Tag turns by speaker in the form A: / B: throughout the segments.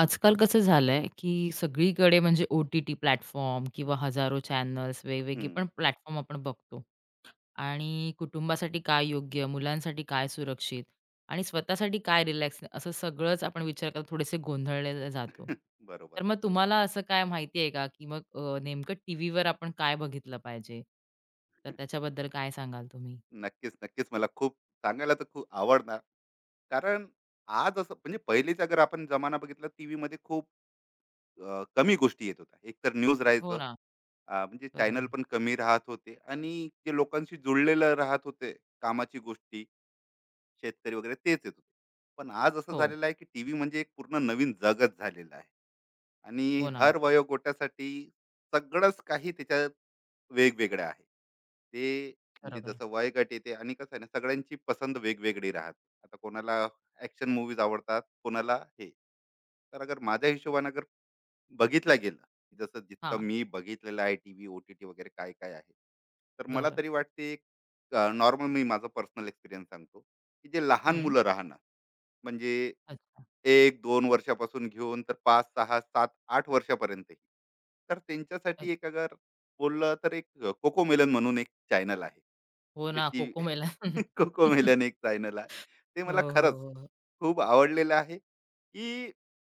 A: आजकाल कसं झालंय, की सगळीकडे म्हणजे ओ-टी-टी प्लॅटफॉर्म किंवा हजारो चॅनल्स वेगवेगळे
B: हं.
A: पण प्लॅटफॉर्म आपण बघतो आणि कुटुंबासाठी काय योग्य, मुलांसाठी काय सुरक्षित आणि स्वतःसाठी काय रिलॅक्स असं सगळंच आपण विचार करत थोडेसे गोंधळलेले जातो. तर
B: बरोबर.
A: मग तुम्हाला असं काय माहिती आहे का, की मग नेमकं टीव्हीवर आपण काय बघितलं पाहिजे? तर त्याच्याबद्दल काय सांगाल तुम्ही?
B: नक्कीच, नक्कीच. मला खूप सांगायला तर खूप आवडणार. कारण आज असं म्हणजे पहिलेचा जर आपण जमाना बघितला, टीव्हीमध्ये खूप कमी गोष्टी येत होत्या. एकतर न्यूज
A: हो
B: राहायचं.
A: ना.
B: म्हणजे
A: बरोबर.
B: चॅनल पण कमी राहत होते, आणि जे लोकांशी जुळलेलं राहत होते कामाची गोष्टी, शेतकरी वगैरे तेच येत होते. पण आज असं
A: हो.
B: झालेलं आहे की टीव्ही म्हणजे एक पूर्ण नवीन जगच झालेलं आहे. आणि
A: हो ना.
B: हर वयोगटासाठी सगळंच काही त्याच्यात वेगवेगळं आहे. ते म्हणजे
A: बरोबर.
B: जसं वयगट येते, आणि कसं आहे ना, सगळ्यांची पसंत वेगवेगळी राहते. आता कोणाला ॲक्शन मूव्हीज आवडतात, कोणाला हे. तर अगर माझ्या हिशोबाने बघितला गेला, जसं जितकं
A: हां.
B: मी बघितलेलं आहे टीव्ही, ओ-टी-टी वगैरे काय-काय आहे. तर मला
A: बरं.
B: तरी वाटते, नॉर्मल मी माझा पर्सनल एक्सपिरियन्स सांगतो, की जे लहान
A: हं.
B: मुलं राहणार म्हणजे
A: अच्छा.
B: 1-2 वर्षापासून घेऊन तर 5, 6, 7, 8 वर्षापर्यंतही. तर त्यांच्यासाठी एक अगर बोललं तर एक कोको मेलन म्हणून एक चॅनल आहे.
A: हो
B: ते
A: ना,
B: टी कोकोमेलन
A: कोकोमेलन.
B: एक चॅनल आहे. ते
A: हो,
B: मला
A: हो,
B: खरंच
A: हो. हो.
B: खूप आवडलेलं आहे, की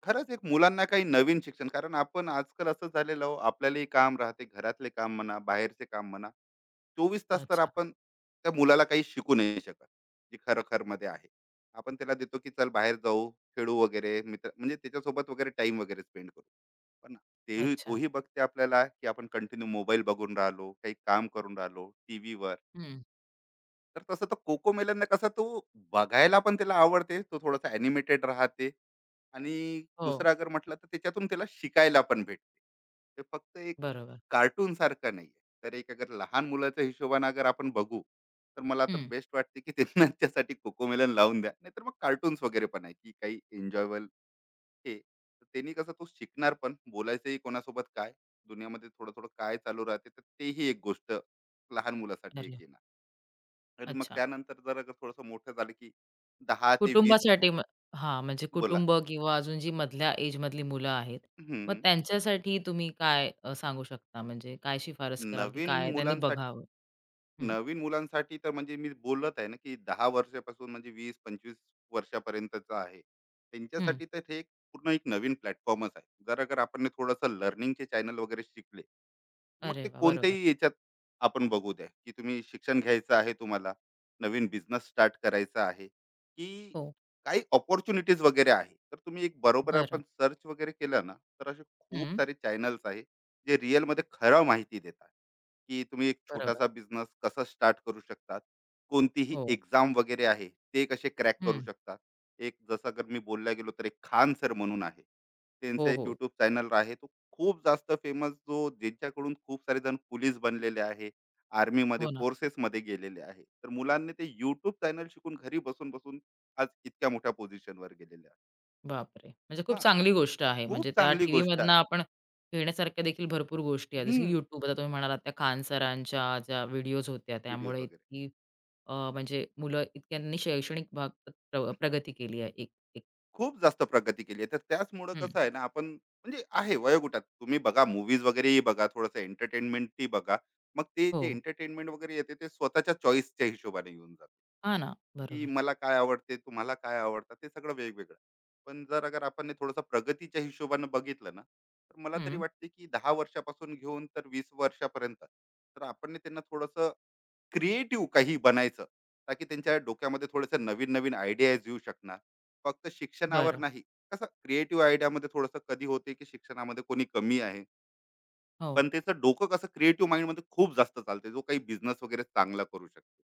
B: खरंच एक मुलांना काही नवीन शिक्षण. कारण आपण आजकाल असं झालेलं आहो, आपल्यालाही काम राहते, घरातले काम म्हणा, बाहेरचे काम म्हणा. 24 तास तर
A: अच्छा,
B: आपण त्या मुलाला काही शिकू नाही शकत, जे खरोखरमध्ये आहे. आपण त्याला देतो की चल बाहेर जाऊ, खेळू वगैरे, मित्र म्हणजे त्याच्यासोबत वगैरे टाइम वगैरे स्पेंड करू. पण तेही,
A: अच्छा.
B: तोही बघते आपल्याला की आपण कंटिन्यू मोबाईल बघून राहिलो, काही काम करून राहिलो टीव्हीवर.
A: हं.
B: तर तसं तर कोको मेलन कसं, तो बघायला पण त्याला आवडते, तो थोडासा अॅनिमेटेड राहते, आणि
A: हो,
B: दुसरा अगर म्हटलं तर त्याच्यातून त्याला शिकायला पण भेटते. ते फक्त एक
A: बरोबर.
B: कार्टून सारखं नाहीये. तर एक अगर लहान मुलाच्या हिशोबाने अगर आपण बघू, तर मला तर
A: हं.
B: बेस्ट वाटते की त्यांना त्यासाठी कोकोमेलन लावून द्या. नाहीतर मग कार्टून्स वगैरे पण आहे की काही एन्जॉयबल हे. तर त्यांनी कसं तो शिकणार पण, बोलायचंही कोणासोबत काय, दुनियामध्ये थोडं-थोडं काय चालू राहते, तर तेही एक गोष्ट लहान मुलासाठी एक
A: अरे,
B: येणार. आणि मग
A: अच्छा.
B: त्यानंतर जर अगर थोडंसं मोठं झालं की 10 ते 20,
A: कुटुंबासाठी मग हां, म्हणजे
B: बोला.
A: कुटुंब किंवा अजून जी मधल्या एजमधली मुलं आहेत, मग
B: हं,
A: त्यांच्यासाठी तुम्ही काय सांगू शकता? म्हणजे काय शिफारस कराल, की
B: नवीन
A: काय त्यांनी
B: मुलांसाठी
A: बघावं? हं,
B: नवीन मुलांसाठी तर म्हणजे मी बोलत आहे ना, की 10 वर्षापासून म्हणजे 20-25 वर्षापर्यंतचं आहे.
A: हं.
B: त्यांच्यासाठी तर हे एक पूर्ण एक नवीन प्लॅटफॉर्मच आहे. जर अगर आपण थोडंसं लर्निंगचे चॅनल वगैरे शिकले, मग
A: अरे
B: ते
A: वाह! बरोबर.
B: कोणत्याही याच्यात आपण बघू द्या, की तुम्ही शिक्षण घ्यायचं आहे तुम्हाला, नवीन बिझनेस स्टार्ट करायचा आहे, की
A: हो,
B: काही अपॉर्च्युनिटीज वगैरे आहे. तर तुम्ही एक बरोबर
A: बरं.
B: आपण सर्च वगैरे केलं ना, तर असे खूप
A: हं,
B: सारे चॅनल्स आहे, जे रिअलमध्ये खरं माहिती देतात, की तुम्ही एक
A: बरोबर.
B: छोटासा बिझनेस कसा स्टार्ट करू शकतात. कोणतीही
A: हो.
B: एक्झाम वगैरे आहे, ते कसे क्रॅक करू
A: हं.
B: शकतात. एक जसं अगर मी बोलला गेलो तर एक खान सर म्हणून आहे. त्यांचा
A: हो,
B: एक
A: हो.
B: यूट्यूब चॅनल आहे, तो खूप जास्त फेमस, जो ज्यांच्याकडून खूप सारे जण पोलीस बनलेले आहे, आर्मीमध्ये,
A: हो ना.
B: फोर्सेसमध्ये गेलेले आहे. तर मुलांनी ते यूट्यूब चॅनल शिकून घरी बसून बसून आज इतक्या मोठ्या पोझिशनवर गेलेले आहे.
A: बापरे! म्हणजे खूप
B: हा,
A: चांगली गोष्ट आहे.
B: खूप
A: म्हणजे त्या
B: चांगली गोष्ट
A: टीव्हीमधनं
B: आहे.
A: आपण घेण्यासारख्या देखील भरपूर गोष्टी आहेत. जसं की
B: हम्म.
A: YouTube आता तुम्ही म्हणालात त्या खान सरांच्या ज्या व्हिडिओज होत्या
B: व्हिडिओज
A: त्यामुळे
B: वगैरे
A: इतकी म्हणजे मुलं इतक्यांनी शैक्षणिक भाग प्रगती केली आहे एक एक.
B: खूप जास्त प्रगती केली आहे. तर त्याचमुळं
A: हं.
B: कसं आहे ना, आपण म्हणजे आहे वयोगटात, तुम्ही बघा मूवीज वगैरेही बघा, थोडंसं एंटरटेनमेंटही बघा. मग ते
A: हो.
B: जे एंटरटेनमेंट वगैरे येते, ते स्वतःच्या चॉईसच्या हिशोबाने येऊन जातं,
A: हां ना.
B: की
A: बरोबर.
B: मला काय आवडते, तुम्हाला काय आवडतं, ते सगळं वेगवेगळं. पण जर अगर आपण हे थोडंसं प्रगतीच्या हिशोबानं बघितलं ना, तर मला तरी
A: हं.
B: वाटते की 10 वर्षापासून घेऊन तर 20 वर्षापर्यंत, तर आपण ना त्यांना थोडंसं क्रिएटिव्ह काही बनायचं, ताकी त्यांच्या डोक्यामध्ये थोडंसं नवीन-नवीन आयडियाज येऊ शकणार. फक्त शिक्षणावर
A: बरं.
B: नाही, कसं क्रिएटिव्ह आयडियामध्ये थोडंसं कधी होते की शिक्षणामध्ये कोणी कमी आहे,
A: हो.
B: पण त्याचं डोकं कसं क्रिएटिव्ह माइंडमध्ये खूप जास्त चालते, जो काही बिझनेस वगैरे चांगला करू शकते.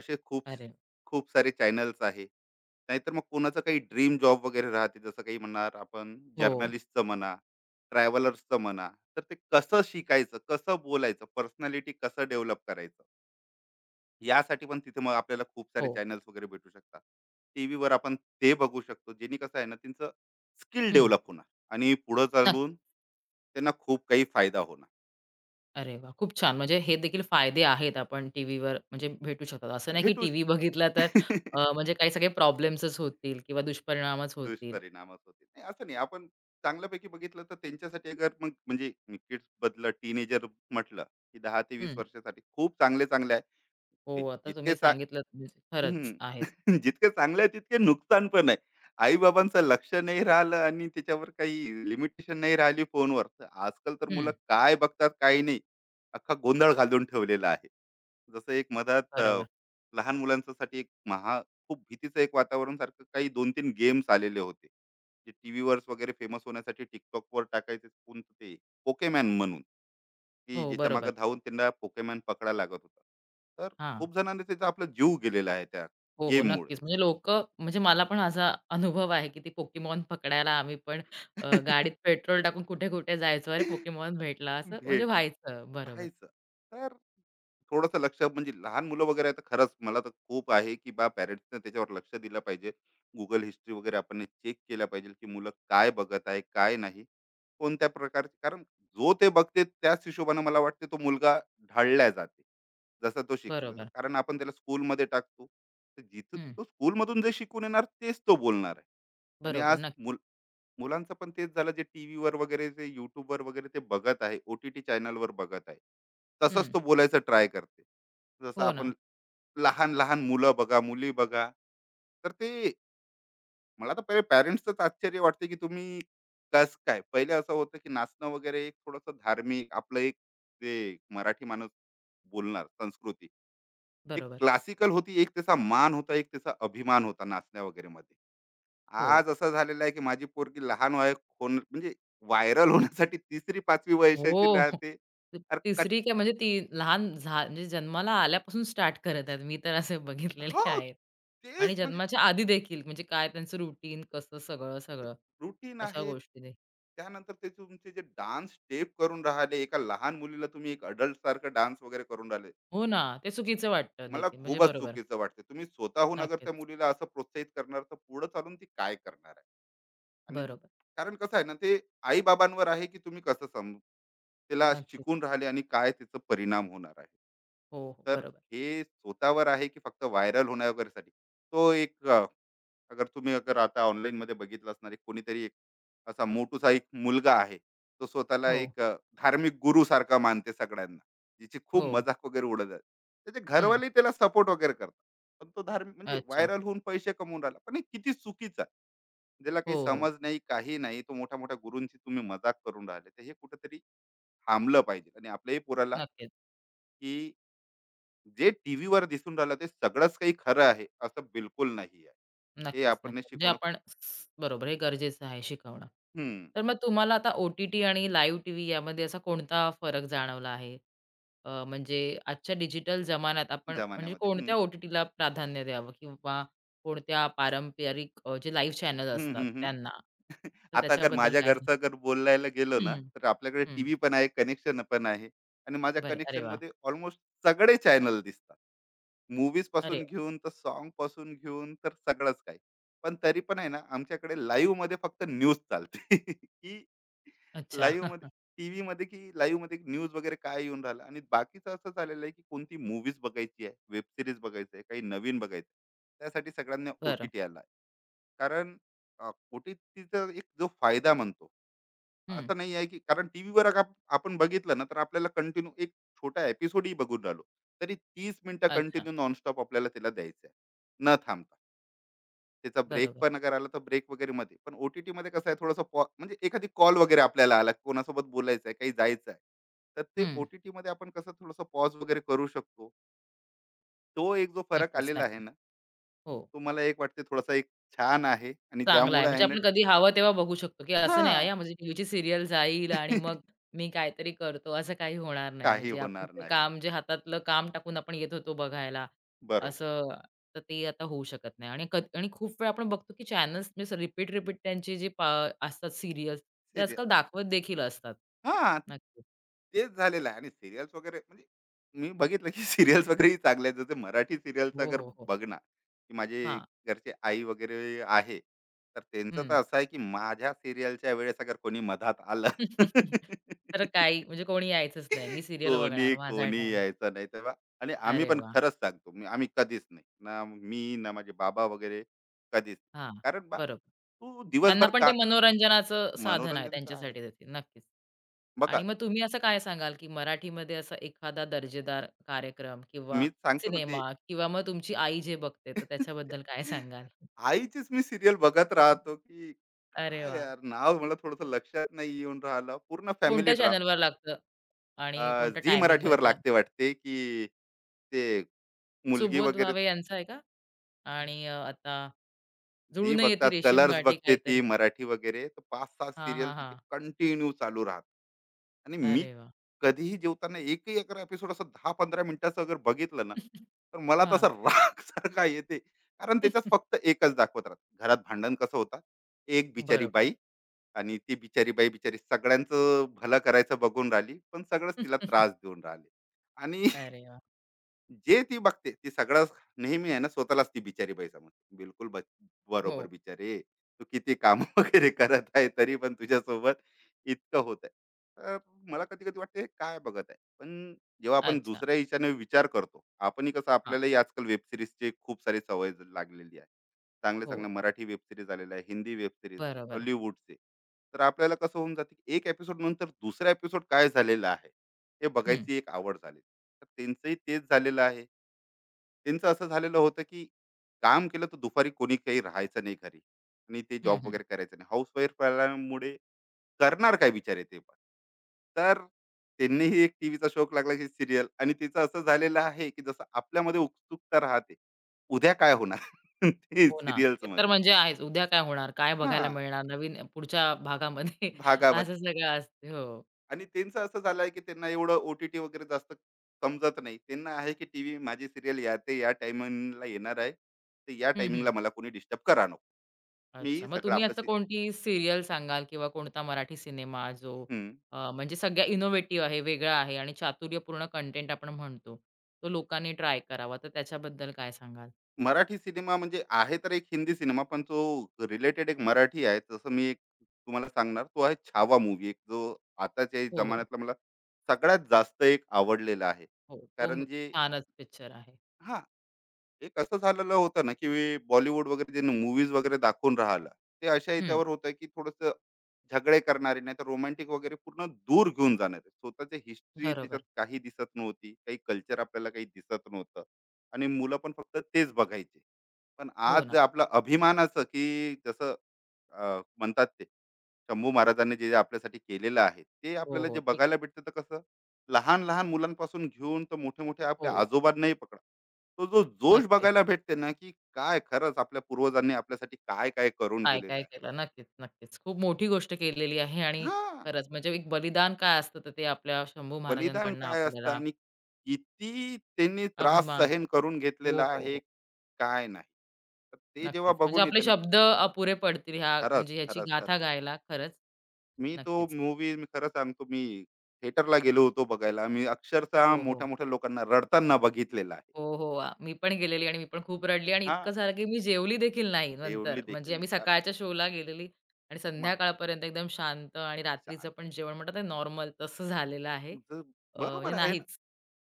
B: असे खूप
A: अरे
B: खूप सारे चॅनल्स आहे. नाहीतर मग कोणाचं काही ड्रीम जॉब वगैरे राहते, जसं काही म्हणणार आपण
A: हो,
B: जर्नलिस्टचं म्हणा, ट्रॅव्हलर्सचं म्हणा. तर ते कसं शिकायचं, कसं बोलायचं, पर्सनॅलिटी कसं डेव्हलप करायचं, यासाठी पण तिथे मग आपल्याला खूप सारे
A: हो.
B: चॅनल्स वगैरे भेटू शकतात. टीव्हीवर आपण ते बघू शकतो, जेणे कसं आहे ना त्यांचं स्किल
A: हं.
B: डेव्हलप होणार, आणि पुढं
A: नक्क
B: चालून त्यांना खूप काही फायदा होणार.
A: अरे वाह! खूप छान. म्हणजे हे देखील फायदे आहेत आपण टीव्हीवर म्हणजे भेटू शकतात. असं नाही की
B: भेटू.
A: टीव्ही बघितला तर म्हणजे काही सगळे प्रॉब्लेम्सच होतील किंवा दुष्परिणामच होतील.
B: दुष्परिणामच होते. नाही, असं नाही. आपण चांगल्यापैकी बघितलं तर त्यांच्यासाठी, अगर मग म्हणजे किड्स बदलं टीनेजर म्हटलं, की 10 ते 20
A: हं.
B: वर्षासाठी खूप चांगले-चांगले आहे. ते
A: हो, आता
B: जितके
A: तुम्ही
B: चा
A: सांगितलंत म्हणजे खरंच
B: हं.
A: आहेत.
B: जितके चांगले आहे तितके नुकसान पण आहे. आई-बाबांचं लक्ष नाही राहिलं, आणि त्याच्यावर काही लिमिटेशन नाही राहिली फोनवर, तर आजकाल तर मुलं
A: हं.
B: काय बघतात, काय नाही, अख्खा गोंधळ घालून ठेवलेला आहे. जसं एक मधात,
A: बरोबर.
B: लहान मुलांसाठी एक महा खूप भीतीचं एक वातावरण सारखं काही 2-3 गेम्स आलेले होते. जे टीव्हीवर वगैरे फेमस होण्यासाठी TikTokवर टाकायचे, कोणतं ते पोकेमॉन म्हणून, की
A: हो,
B: ज्याच्या मागे
A: बरोबर.
B: धावून त्यांना पोकेमॉन पकडायला लागत होता. तर
A: हां.
B: खूप जणांनी त्याचा आपला जीव गेलेला आहे त्या
A: हो, हो.
B: गेममुळे.
A: नक्कीच. म्हणजे लोकं म्हणजे मला पण असा अनुभव आहे, की ते पोकेमॉन पकडायला आम्ही पण गाडीत पेट्रोल टाकून कुठे-कुठे जायचो. अरे, पोकेमॉन भेटला असं म्हणजे
B: भेट
A: व्हायचं. बरोबर,
B: व्हायचं. तर थोडंसं लक्ष म्हणजे लहान मुलं वगैरे आहे, तर खरंच मला तर खूप आहे की पॅरेंट्सने त्याच्यावर लक्ष दिलं पाहिजे. गुगल हिस्ट्री वगैरे आपण चेक केलं पाहिजे की मुलं काय बघत आहे काय नाही, कोणत्या प्रकारचे. कारण जो ते बघते त्याच हिशोबाने मला वाटते तो मुलगा ढाळला जाते, जसं तो शिकते. जसं
A: बरोबर.
B: कारण आपण त्याला स्कूलमध्ये टाकतो, तर जिथं
A: हं.
B: तो स्कूलमधून जे शिकून येणार तेच तो बोलणार आहे. आणि
A: बरोबर.
B: आज
A: नक्कीच.
B: मुल मुलांचं पण तेच झालं, जे टी व्हीवर वगैरे, जे युट्यूबवर वगैरे ते बघत आहे, ओ टी टी चॅनलवर बघत आहे, तसंच
A: हं.
B: तो बोलायचं ट्राय करते. जसं
A: हो ना.
B: आपण लहान लहान मुलं बघा, मुली बघा, तर ते, मला तर पहिले पॅरेंट्सच आश्चर्य वाटते की तुम्ही कस काय. पहिले असं होतं की नाचणं वगैरे एक थोडंसं धार्मिक आपलं एक, जे मराठी माणूस बोलणार संस्कृती, एक
A: बरोबर.
B: क्लासिकल होती, एक त्याचा मान होता, एक त्याचा अभिमान होता नाचण्या वगैरे मध्ये.
A: हो.
B: आज असं झालेलं आहे की माझी पोरगी, लहान वय, म्हणजे व्हायरल होण्यासाठी तिसरी पाचवी वयशाची
A: हो.
B: राहते. अरे,
A: तिसरी काय म्हणजे ती लहान म्हणजे जन्माला आल्यापासून स्टार्ट करत आहेत. मी तर असे बघितलेले
B: हो,
A: आहेत. आणि
B: तेच म्हणजे
A: जन्माच्या आधी देखील म्हणजे काय त्यांचं रुटीन कसं सगळं, सगळं
B: रुटीन
A: अशा
B: आहे.
A: गोष्टी देखील.
B: त्यानंतर ते तुमचे जे डान्स स्टेप करून राहिले, एका लहान मुलीला तुम्ही एक अडल्ट सारखं डान्स वगैरे करून राहिले.
A: हो ना, ते चुकीचं वाटतं
B: मला
A: देखील म्हणजे
B: खूपच
A: बरोबर.
B: चुकीचं वाटते. तुम्ही स्वतःहून अगर त्या
A: नक्कीच.
B: मुलीला असं प्रोत्साहित करणार, तर पुढे चालून ती काय करणार आहे. आणि
A: बरोबर.
B: कारण कसं आहे ना, ते आई बाबांवर आहे की तुम्ही कसं समजू तिला
A: नक्कीच.
B: शिकून राहिले आणि काय तिचा परिणाम होणार आहे.
A: हो, हो.
B: तर
A: बरोबर.
B: हे स्वतःवर आहे, की फक्त व्हायरल होण्या वगैरेसाठी, तो एक, अगर तुम्ही अगर आता ऑनलाईनमध्ये बघितलं असणार, एक कोणीतरी, एक असा मोठूसा एक मुलगा आहे, तो स्वतःला
A: हो,
B: एक धार्मिक गुरूसारखा मानते सगळ्यांना. जिची खूप
A: हो.
B: मजाक वगैरे उडत आहे. त्याचे
A: हं.
B: घरवालेही त्याला सपोर्ट वगैरे करतात. पण तो धार्मिक म्हणजे
A: अच्छा.
B: व्हायरल होऊन पैसे कमवून राहिला. पण हे किती चुकीचं आहे. ज्याला काही
A: हो, हो.
B: समज नाही, काही नाही. तो मोठ्या-मोठ्या गुरूंची तुम्ही मजाक करून राहिले. तर हे कुठेतरी थांबलं पाहिजे, आणि आपल्याही पोराला,
A: नक्कीच.
B: की जे टीव्हीवर दिसून राहिलं ते सगळंच काही खरं आहे, असं बिलकुल नाही आहे. हे
A: नक्कीच,
B: आपण नाही
A: नक्कीच. म्हणजे
B: शिकवणं.
A: आपण बरोबर हे गरजेचं आहे शिकवणं.
B: हं.
A: तर मग तुम्हाला आता ओ-टी-टी आणि लाईव्ह टीव्ही यामध्ये असा कोणता फरक जाणवला आहे? म्हणजे आजच्या डिजिटल जमान्यात आपण म्हणजे
B: जमान्यामध्ये. हं.
A: कोणत्या ओ-टी-टीला प्राधान्य द्यावं किंवा कोणत्या पारंपरिक जे लाईव्ह चॅनल
B: हं,
A: असतात
B: हं, हं.
A: त्यांना? तर
B: आता अगर
A: त्याच्याबद्दल
B: माझ्या
A: काय सांग.
B: घरचं जर बोलायला गेलो ना,
A: हं,
B: तर आपल्याकडे
A: हं.
B: टीव्ही पण आहे, कनेक्शन पण आहे. आणि माझ्या
A: बरं. अरे वाह!
B: कनेक्शनमध्ये ऑलमोस्ट सगळे चॅनल दिसतात.
A: अरे
B: मूव्हीजपासून
A: वाह!
B: घेऊन तर सॉन्गपासून घेऊन तर सगळंच काही. पण तरी पण आहे ना, आमच्याकडे लाईव्हमध्ये फक्त न्यूज चालते, की
A: अच्छा.
B: लाईव्हमध्ये टीव्हीमध्ये की लाईव्हमध्ये न्यूज वगैरे काय येऊन राहिलं, आणि बाकीचं असं झालेलं आहे, की कोणती मूव्हीज बघायची आहे, वेब सीरीज बघायचं आहे, काही नवीन बघायचं आहे. त्यासाठी सगळ्यांना
A: बरं.
B: ओ-टी-टी आला. कारण ओटीटीचा एक जो फायदा म्हणतो,
A: हं.
B: असं नाही आहे की, कारण टीव्हीवर आपण बघितलं ना, तर आपल्याला कंटिन्यू एक छोटा एपिसोडही बघून राहिलो, तरी 30 मिनिटं
A: अच्छा.
B: कंटिन्यू नॉनस्टॉप आपल्याला त्याला द्यायचं आहे, न थांबता. त्याचा ब्रेक
A: बरोबर.
B: पण अगर आला तर ब्रेक वगैरेमध्ये. पण ओ-टी-टीमध्ये कसं आहे, थोडंसं म्हणजे एखादी कॉल वगैरे आपल्याला आला, कोणासोबत बोलायचं आहे, काही जायचं आहे. तर ते
A: हं.
B: ओ टी आपण कसं थोडंसं पॉज वगैरे करू शकतो. तो एक जो फरक
A: नक्कीच,
B: आलेला आहे
A: नक्कीच.
B: ना,
A: हो.
B: तो मला एक वाटते थोडासा एक छान आहे, आणि
A: चांगला आहे.
B: ज्यामुळे आहे
A: म्हणजे
B: ना.
A: आपण कधी हवं तेव्हा बघू शकतो, की असं नाही
B: हां.
A: आहे म्हणजे टीव्हीची सीरियल जाईल आणि मग मी काहीतरी करतो, असं काही होणार नाही.
B: काही
A: म्हणजे आपण
B: होणार
A: ते
B: नाही.
A: काम जे हातातलं काम टाकून आपण येत होतो बघायला,
B: बरोबर.
A: असं तर ते आता होऊ शकत नाही. आणि खूप वेळा आपण बघतो, की चॅनल्स म्हणजे रिपीट, रिपीट त्यांची जी असतात सीरियल्स, ते
B: सिरियल.
A: आजकाल दाखवत देखील असतात.
B: हा,
A: नक्कीच.
B: तेच झालेलं आहे. आणि सिरियल्स वगैरे म्हणजे मी बघितलं की सिरियल्स वगैरेही चांगले आहेत, जसे मराठी सिरियलचं
A: हो,
B: अगर
A: हो, हो.
B: बघणार, की माझे
A: हां.
B: घरचे आई वगैरे आहे. तर त्यांचं तर
A: हं.
B: असं आहे की माझ्या सिरियलच्या वेळेस अगर कोणी मधात आलं,
A: तर काही म्हणजे कोणी यायचंच नाही. मी सीरियल बघणार
B: कोणी
A: माझा
B: कोणी
A: टाईम.
B: यायचं नाही तेव्हा. आणि आम्ही
A: अरे
B: पण
A: वाह!
B: खरंच सांगतो, मी आम्ही कधीच नाही, ना मी ना माझे बाबा वगैरे कधीच.
A: हां,
B: कारण बा
A: बरोबर.
B: तू
A: त्यांना
B: दिवसभर
A: पण ते
B: का.
A: मनोरंजनाचं साधन आहे
B: मनोरंजनचं आहे.
A: त्यांच्यासाठी देखील. नक्कीच. आणि
B: बघा,
A: मग तुम्ही असं काय सांगाल, की मराठीमध्ये असा एखादा दर्जेदार कार्यक्रम किंवा
B: मीच सांगतो ना ते.
A: सिनेमा किंवा मग तुमची आई जे बघते, तर त्याच्याबद्दल काय सांगाल?
B: आईचीच मी सीरियल बघत राहतो, की
A: अरे
B: काय
A: वाह!
B: यार नाव मला थोडंसं लक्षात नाही येऊन राहिलं. पूर्ण फॅमिली
A: कोणत्या चॅनलवर लागतं आणि कोणत्या
B: झी
A: टायमिंगमध्ये
B: मराठीवर
A: जरा?
B: लागते वाटते, की ते मुलगी
A: सुबोध
B: वगैरे
A: भावे यांचा आहे का? आणि आता
B: जी
A: जुळून येती
B: बघतात,
A: रेशीम
B: कलर्स
A: गाठी
B: बघते
A: काहीतरी.
B: ती मराठी वगैरे. तर पाच सात
A: हां,
B: सिरियल
A: हां,
B: तिचे
A: हां.
B: कंटिन्यू चालू राहतात, आणि मी
A: अरे वा.
B: कधीही जेवताना एकही अगर एपिसोड असं 10-15 मिनिटाचं अगर बघितलं ना, तर मला
A: हां.
B: तसा राग सारखा येते. कारण त्याच्यात फक्त एकच दाखवत राहत, घरात भांडण कसं होतात, एक बिचारी
A: बरोबर.
B: बाई. आणि ती बिचारी बाई, बिचारी सगळ्यांचं भलं करायचं बघून राहिली, पण सगळंच तिला त्रास देऊन राहिले. आणि
A: अरे वाह!
B: जे ती बघते ती सगळं, नेहमी आहे ना, स्वतःलाच ती बिचारी बाई समजते. बिलकुल बरोबर
A: हो.
B: बिचारे. तू किती कामं
A: हम्म.
B: वगैरे करत आहे, तरी पण तुझ्यासोबत इतकं होत आहे. तर मला कधी-कधी वाटते हे काय बघत आहे? पण जेव्हा आपण
A: अच्छा.
B: दुसऱ्या हिच्याने विचार करतो, आपणही कसं,
A: हां.
B: आपल्यालाही आजकाल वेब सीरीजची खूप सारी सवय लागलेली आहे.
A: हो.
B: चांगल्या-चांगल्या मराठी वेब सीरीज आलेल्या आहे, हिंदी वेब सीरीज,
A: बरोबर.
B: हॉलिवूडचे. तर आपल्याला कसं होऊन जाते, की एक एपिसोड नंतर दुसरा एपिसोड काय झालेला आहे, हे
A: हं.
B: बघायची एक आवड झाली. तर त्यांचंही तेच झालेलं आहे. त्यांचं असं झालेलं होतं, की काम केलं तर दुपारी कोणी काही राहायचं नाही घरी, आणि ते
A: हं,
B: जॉब
A: हं.
B: वगैरे करायचं नाही. हाउसवाईफ आल्यामुळे करणार काय बिचारे ते पण. तर त्यांनीही एक टीव्हीचा शौक लागला, की सीरियल. आणि तिचं असं झालेलं आहे, की जसं आपल्यामध्ये उत्सुकता राहते, उद्या काय होणार, ते
A: हो ना. ते तर
B: सीरियल्समध्ये.
A: म्हणजे आहेच. उद्या काय होणार? काय बघायला
B: हां,
A: मिळणार? नवीन पुढच्या भागामध्ये. असं
B: भागामध्ये.
A: सगळं असते. हो.
B: आणि त्यांचं असं झालंय की त्यांना एवढं ओ-टी-टी वगैरे जास्त समजत नाही. त्यांना आहे की टीव्ही माझी सीरियल, या ते या टायमिंगला येणार आहे. तर या
A: हं, हं.
B: टायमिंगला मला कोणी डिस्टर्ब करा नको. मी
A: अच्छा. मग
B: सगळं
A: तुम्ही
B: आपलं
A: असं कोणती सीरियल सांगाल किंवा कोणता मराठी सिनेमा जो
B: हं.
A: म्हणजे सगळ्या इनोव्हेटिव्ह आहे, वेगळा आहे आणि चातुर्यपूर्ण कंटेंट आपण म्हणतो, तो लोकांनी ट्राय करावा. तर त्याच्याबद्दल काय सांगाल?
B: मराठी सिनेमा म्हणजे आहे तर एक हिंदी सिनेमा, पण तो रिलेटेड एक मराठी आहे. जसं मी एक तुम्हाला सांगणार, तो आहे छावा मूव्ही, एक जो आताच्या
A: हो, हो.
B: जमान्यातला मला सगळ्यात जास्त एक आवडलेला आहे.
A: हो. तो
B: कारण जे,
A: छानच पिक्चर आहे.
B: हां, एक असं झालेलं होतं ना, की बॉलिवूड वगैरे जे मूवीज वगैरे दाखवून राहिला, ते अशा
A: हं.
B: याच्यावर होतं, की थोड़स झगडे करणारे, नाहीतर रोमॅन्टिक वगैरे पूर्ण दूर घेऊन जाणारे. स्वतःची हिस्ट्री त्याच्यात
A: बरोबर.
B: काही दिसत नव्हती. काही कल्चर आपल्याला काही दिसत नव्हतं, आणि मुलं पण फक्त तेच बघायचे. पण
A: हो
B: आज
A: ना.
B: आपला अभिमानाचं, की जसं म्हणतात ते, शंभू महाराजांनी जे आपल्यासाठी केलेलं आहे, ते
A: हो,
B: आपल्याला
A: हो.
B: जे
A: ते
B: बघायला भेटतं, तर कसं लहान लहान मुलांपासून घेऊन तर मोठे मोठे
A: हो.
B: आपल्या आजोबांनाही पकडा. तो जो जोश
A: नक्कीच.
B: बघायला भेटते ना, की काय खरंच आपल्या पूर्वजांनी आपल्यासाठी काय काय करून गेलेलं
A: काय-काय
B: आहे.
A: केलं. नक्कीच, नक्कीच. खूप मोठी गोष्ट केलेली आहे आणि
B: हा,
A: खरंच म्हणजे एक बलिदान काय असतं, तर ते आपल्या शंभू
B: बलिदान
A: महाराजांकडनं
B: काय असतं,
A: आपल्याला
B: आणि किती त्यांनी त्रास
A: अभिमान.
B: सहन करून
A: हो,
B: घेतलेला
A: हो,
B: आहे,
A: हो.
B: काय नाही. तर ते जेव्हा
A: नक्कीच. म्हणजे
B: बघून
A: आपले
B: येते ना,
A: शब्द अपुरे पडतील ह्या
B: खरंच,
A: म्हणजे ह्याची
B: खरंच,
A: गाथा
B: खरंच.
A: गायला खरंच.
B: मी तो
A: नक्कीच.
B: मूव्ही, मी खरं सांगतो, मी थिएटरला गेलो होतो बघायला. मी अक्षरशः
A: हो, हो.
B: मोठ्या-मोठ्या लोकांना रडताना बघितलेलं आहे.
A: हो, हो. मी पण गेलेली आणि मी पण खूप रडली आणि
B: हां,
A: इतकं झालं, की मी जेवली देखील नाही नंतर.
B: देवली
A: म्हणजे
B: देखील
A: आम्ही
B: नाही. कारण
A: सकाळच्या शोला गेलेली आणि
B: मग
A: संध्याकाळपर्यंत एकदम शांत आणि रात्रीचं
B: शांत.
A: पण जेवण म्हणतात नॉर्मल तसं झालेलं आहे.
B: ज-
A: म्हणजे
B: बरोबर आहे.
A: नाहीच.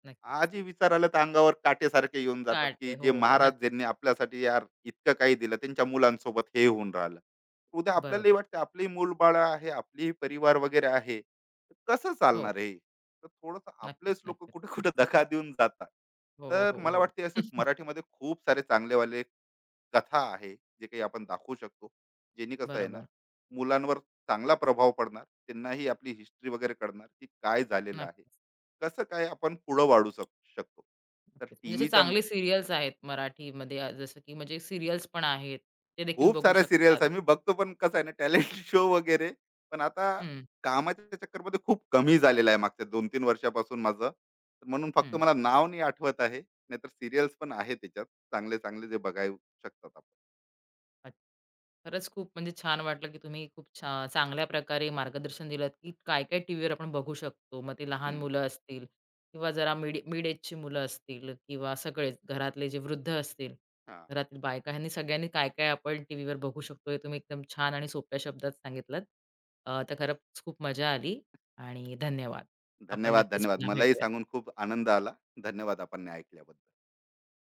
A: नक्कीच.
B: आजही विचारायला तर अंगावर काटेसारखे येऊन जातात,
A: स्टार्ट
B: की
A: आहे.
B: जे
A: हो, हो.
B: महाराज,
A: नक्कीच.
B: ज्यांनी आपल्यासाठी यार इतकं काही दिलं, त्यांच्या मुलांसोबत हे होऊन राहिलं. उद्या आपल्यालाही
A: बरोबर.
B: वाटतं आपली मूल बाळ आहे, आपलीही परिवार वगैरे आहे, तर कसं
A: हो.
B: चालणार हे. तर थोडस
A: नक्कीच,
B: आपलेच लोक
A: नक्कीच.
B: कुठे कुठे दखा देऊन जातात.
A: हो,
B: तर
A: हो,
B: मला
A: हो.
B: वाटते असं मराठीमध्ये खूप सारे चांगलेवाले कथा आहे, जे काही आपण दाखवू शकतो, जेणे कसं आहे ना,
A: बरोबर.
B: मुलांवर चांगला प्रभाव पडणार, त्यांनाही आपली हिस्ट्री वगैरे कळणार की काय झालेलं आहे,
A: नक्कीच,
B: कसं काय आपण पुढं वाढू शकतो. तर
A: नक्कीच. म्हणजे असे
B: टीव्हीचा
A: चांगले सीरियल्स आहेत मराठीमध्ये जसं की म्हणजे सीरियल्स पण आहेत. ते देखील
B: खूप
A: बघू
B: साऱ्या
A: शकतात.
B: सिरियल्स आहे, मी बघतो, पण कसं आहे ना, टॅलेंट शो वगैरे पण आता
A: हं,
B: कामाच्या चक्करमध्ये खूप कमी झालेलं आहे मागच्या 2-3 वर्षापासून माझं तर, म्हणून फक्त
A: हं.
B: मला नाव नाही आठवत आहे. नाहीतर सिरियल्स पण आहे त्याच्यात चांगले चांगले जे बघायला शकतात आपण.
A: अच्छा. खरंच खूप म्हणजे छान वाटलं, की तुम्ही खूप चांगल्या प्रकारे मार्गदर्शन दिलत, की काय-काय टीव्हीवर आपण बघू शकतो. मग ते लहान
B: हम्म.
A: मुलं असतील किंवा जरा मिड मिड एजची मुलं असतील किंवा सगळेच घरातले जे वृद्ध असतील,
B: हा,
A: घरातील बायका ह्यांनी सगळ्यांनी काय-काय आपण टीव्हीवर बघू शकतो हे तुम्ही एकदम छान आणि सोप्या शब्दात सांगितलत. तर खरंच खूप मजा आली आणि धन्यवाद. आपण
B: धन्यवाद,
A: नक्कीच
B: धन्यवाद,
A: पुन्हा
B: मलाही
A: भेटूया.
B: सांगून खूप आनंद आला. धन्यवाद आपण ऐकल्याबद्दल.